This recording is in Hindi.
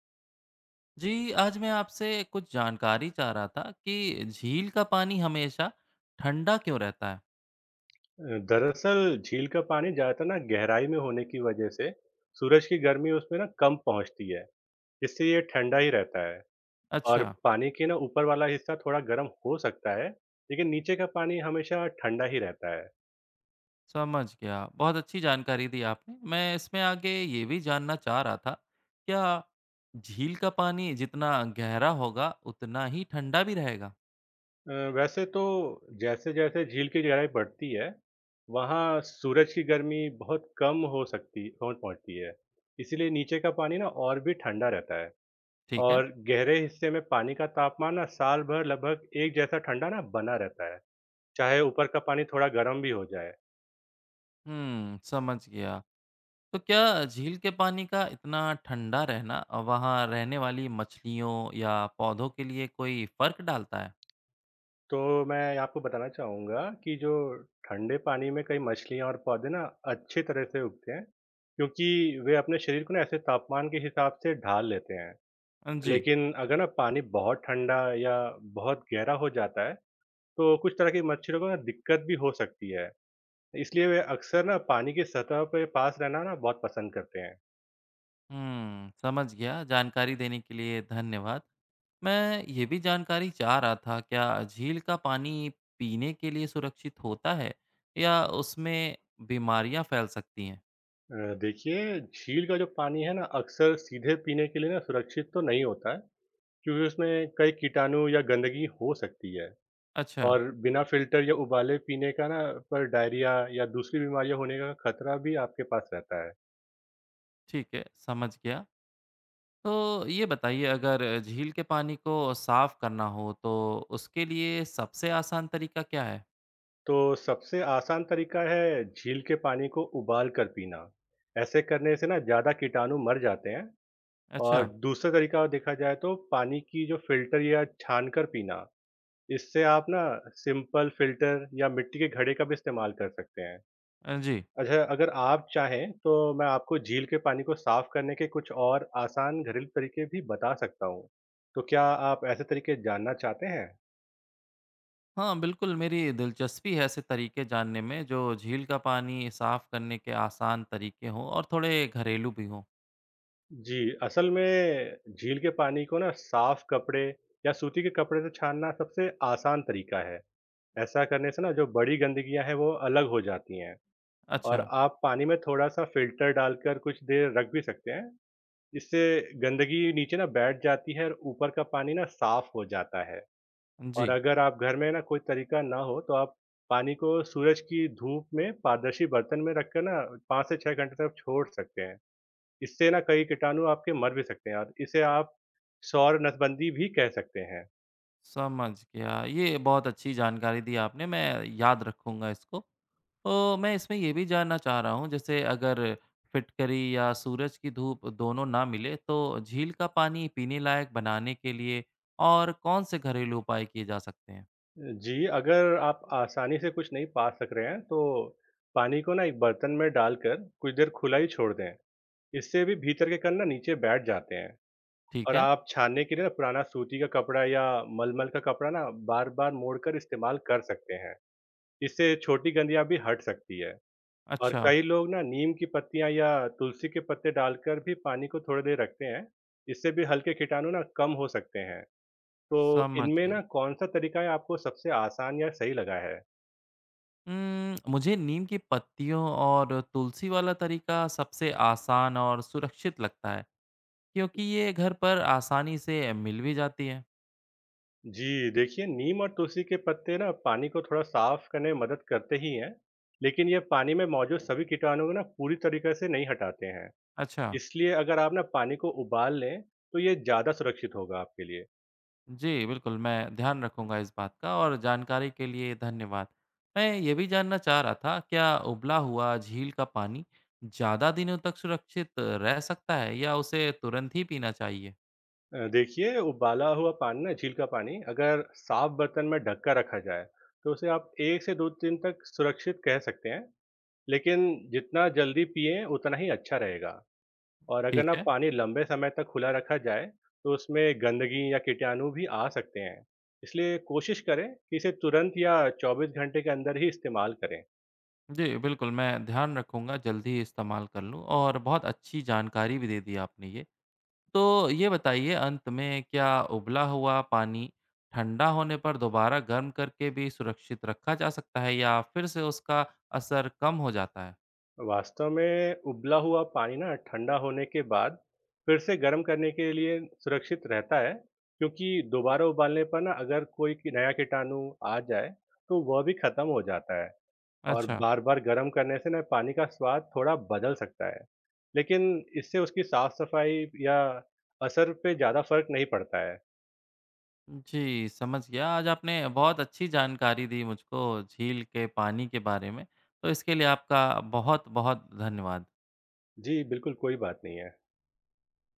जी, आज मैं आपसे कुछ जानकारी चाह रहा था कि झील का पानी हमेशा ठंडा क्यों रहता है? दरअसल झील का पानी ज़्यादातर ना गहराई में होने की वजह से सूरज की गर्मी उसमें ना कम पहुंचती है जिससे ये ठंडा ही रहता है। और अच्छा, पानी के ना ऊपर वाला हिस्सा थोड़ा गर्म हो सकता है लेकिन नीचे का पानी हमेशा ठंडा ही रहता है। समझ गया। बहुत अच्छी जानकारी दी आपने। मैं इसमें आगे ये भी जानना चाह रहा था, क्या झील का पानी जितना गहरा होगा, उतना ही ठंडा भी रहेगा? अ, वैसे तो जैसे जैसे झील की गहराई बढ़ती है वहाँ सूरज की गर्मी बहुत कम हो सकती हो पहुंचती है। इसीलिए नीचे का पानी ना और भी ठंडा रहता है। ठीक है। और गहरे हिस्से में पानी का तापमान ना साल भर लगभग एक जैसा ठंडा ना बना रहता है, चाहे ऊपर का पानी थोड़ा गर्म भी हो जाए। हुँ, समझ गया। तो क्या झील के पानी का इतना ठंडा रहना वहाँ रहने वाली मछलियों या पौधों के लिए कोई फ़र्क डालता है? तो मैं आपको बताना चाहूँगा कि जो ठंडे पानी में कई मछलियाँ और पौधे ना अच्छी तरह से उगते हैं, क्योंकि वे अपने शरीर को ना ऐसे तापमान के हिसाब से ढाल लेते हैं। अ, जी। लेकिन अगर ना पानी बहुत ठंडा या बहुत गहरा हो जाता है, तो कुछ तरह की मच्छरों को ना दिक्कत भी हो सकती है। इसलिए वे अक्सर ना पानी की सतह के पास रहना ना बहुत पसंद करते हैं। हुँ, समझ गया। जानकारी देने के लिए धन्यवाद। मैं ये भी जानकारी चाह रहा था, क्या झील का पानी पीने के लिए सुरक्षित होता है या उसमें बीमारियाँ फैल सकती हैं? देखिए, झील का जो पानी है ना, अक्सर सीधे पीने के लिए ना सुरक्षित तो नहीं होता है, क्योंकि उसमें कई कीटाणु या गंदगी हो सकती है। अच्छा, और बिना फ़िल्टर या उबाले पीने का ना पर डायरिया या दूसरी बीमारियाँ होने का खतरा भी आपके पास रहता है। ठीक है, समझ गया। तो ये बताइए अगर झील के पानी को साफ़ करना हो तो उसके लिए सबसे आसान तरीका क्या है? तो सबसे आसान तरीका है झील के पानी को उबाल कर पीना। ऐसे करने से ना ज़्यादा कीटाणु मर जाते हैं। अच्छा, और दूसरा तरीका देखा जाए तो पानी की जो फ़िल्टर या छान कर पीना। इससे आप ना सिंपल फ़िल्टर या मिट्टी के घड़े का भी इस्तेमाल कर सकते हैं। अ, जी। अच्छा अगर आप चाहें तो मैं आपको झील के पानी को साफ़ करने के कुछ और आसान घरेलू तरीके भी बता सकता हूँ। तो क्या आप ऐसे तरीके जानना चाहते हैं? हाँ, बिल्कुल, मेरी दिलचस्पी है ऐसे तरीके जानने में जो झील का पानी साफ़ करने के आसान तरीके हों और थोड़े घरेलू भी हों। जी, असल में झील के पानी को ना साफ कपड़े या सूती के कपड़े से छानना सबसे आसान तरीका है। ऐसा करने से ना जो बड़ी गंदगियाँ हैं वो अलग हो जाती हैं। अच्छा, और आप पानी में थोड़ा-सा फ़िल्टर डालकर कुछ देर रख भी सकते हैं। इससे गंदगी नीचे ना बैठ जाती है और ऊपर का पानी ना साफ हो जाता है। और जी, अगर आप घर में ना कोई तरीका ना हो तो आप पानी को सूरज की धूप में पारदर्शी बर्तन में रखकर ना 5 से 6 घंटे तक छोड़ सकते हैं। इससे ना कई कीटाणु आपके मर भी सकते हैं और इसे आप सौर नसबंदी भी कह सकते हैं। समझ गया। ये बहुत अच्छी जानकारी दी आपने, मैं याद रखूँगा इसको। तो मैं इसमें ये भी जानना चाह रहा हूँ, जैसे अगर फिटकरी या सूरज की धूप दोनों ना मिले, तो झील का पानी पीने लायक बनाने के लिए और कौन से घरेलू उपाय किए जा सकते हैं? जी अगर आप आसानी से कुछ नहीं पा सक रहे हैं तो पानी को ना एक बर्तन में डालकर कुछ देर खुला ही छोड़ दें। इससे भी भीतर के कण ना नीचे बैठ जाते हैं। ठीक और है, आप छानने के लिए ना पुराना सूती का कपड़ा या मलमल का कपड़ा ना बार-बार मोड़कर इस्तेमाल कर सकते हैं। इससे छोटी गंदियाँ भी हट सकती है। और अच्छा, कई लोग ना नीम की पत्तियाँ या तुलसी के पत्ते डालकर भी पानी को थोड़ी देर रखते हैं। इससे भी हल्के कीटाणु ना कम हो सकते हैं। तो समझ इनमें गया। ना कौन-सा तरीका है आपको सबसे आसान या सही लगा है? मुझे नीम की पत्तियों और तुलसी वाला तरीका सबसे आसान और सुरक्षित लगता है, क्योंकि ये घर पर आसानी से मिल भी जाती है। जी, देखिए नीम और तुलसी के पत्ते ना पानी को थोड़ा साफ करने में मदद करते ही हैं, लेकिन ये पानी में मौजूद सभी कीटाणु को ना पूरी तरीके से नहीं हटाते हैं। अच्छा, इसलिए अगर आप ना पानी को उबाल लें, तो ये ज़्यादा सुरक्षित होगा आपके लिए। जी बिल्कुल, मैं ध्यान रखूंगा इस बात का और जानकारी के लिए धन्यवाद। मैं ये भी जानना चाह रहा था, क्या उबला हुआ झील का पानी ज़्यादा दिनों तक सुरक्षित रह सकता है या उसे तुरंत ही पीना चाहिए? देखिए उबाला हुआ पानी ना झील का पानी अगर साफ़ बर्तन में ढककर रखा जाए, तो उसे आप 1 से 2 दिन तक सुरक्षित कह सकते हैं, लेकिन जितना जल्दी पिएँ उतना ही अच्छा रहेगा। और अगर ठीक ना है। पानी लंबे समय तक खुला रखा जाए, तो उसमें गंदगी या कीटाणु भी आ सकते हैं। इसलिए कोशिश करें कि इसे तुरंत या 24 घंटे के अंदर ही इस्तेमाल करें। जी बिल्कुल, मैं ध्यान रखूंगा, जल्दी ही इस्तेमाल कर लूँ और बहुत अच्छी जानकारी भी दे दी आपने ये। तो ये बताइए अंत में क्या उबला हुआ पानी ठंडा होने पर दोबारा गर्म करके भी सुरक्षित रखा जा सकता है या फिर से उसका असर कम हो जाता है? वास्तव में उबला हुआ पानी ना ठंडा होने के बाद फिर से गर्म करने के लिए सुरक्षित रहता है क्योंकि दोबारा उबालने पर ना अगर कोई नया कीटाणु आ जाए तो वह भी खत्म हो जाता है। और अच्छा, बार बार गर्म करने से ना पानी का स्वाद थोड़ा बदल सकता है लेकिन इससे उसकी साफ सफाई या असर पे ज़्यादा फर्क नहीं पड़ता है। जी समझ गया। आज आपने बहुत अच्छी जानकारी दी मुझको झील के पानी के बारे में। तो इसके लिए आपका बहुत-बहुत धन्यवाद। जी बिल्कुल कोई बात नहीं है।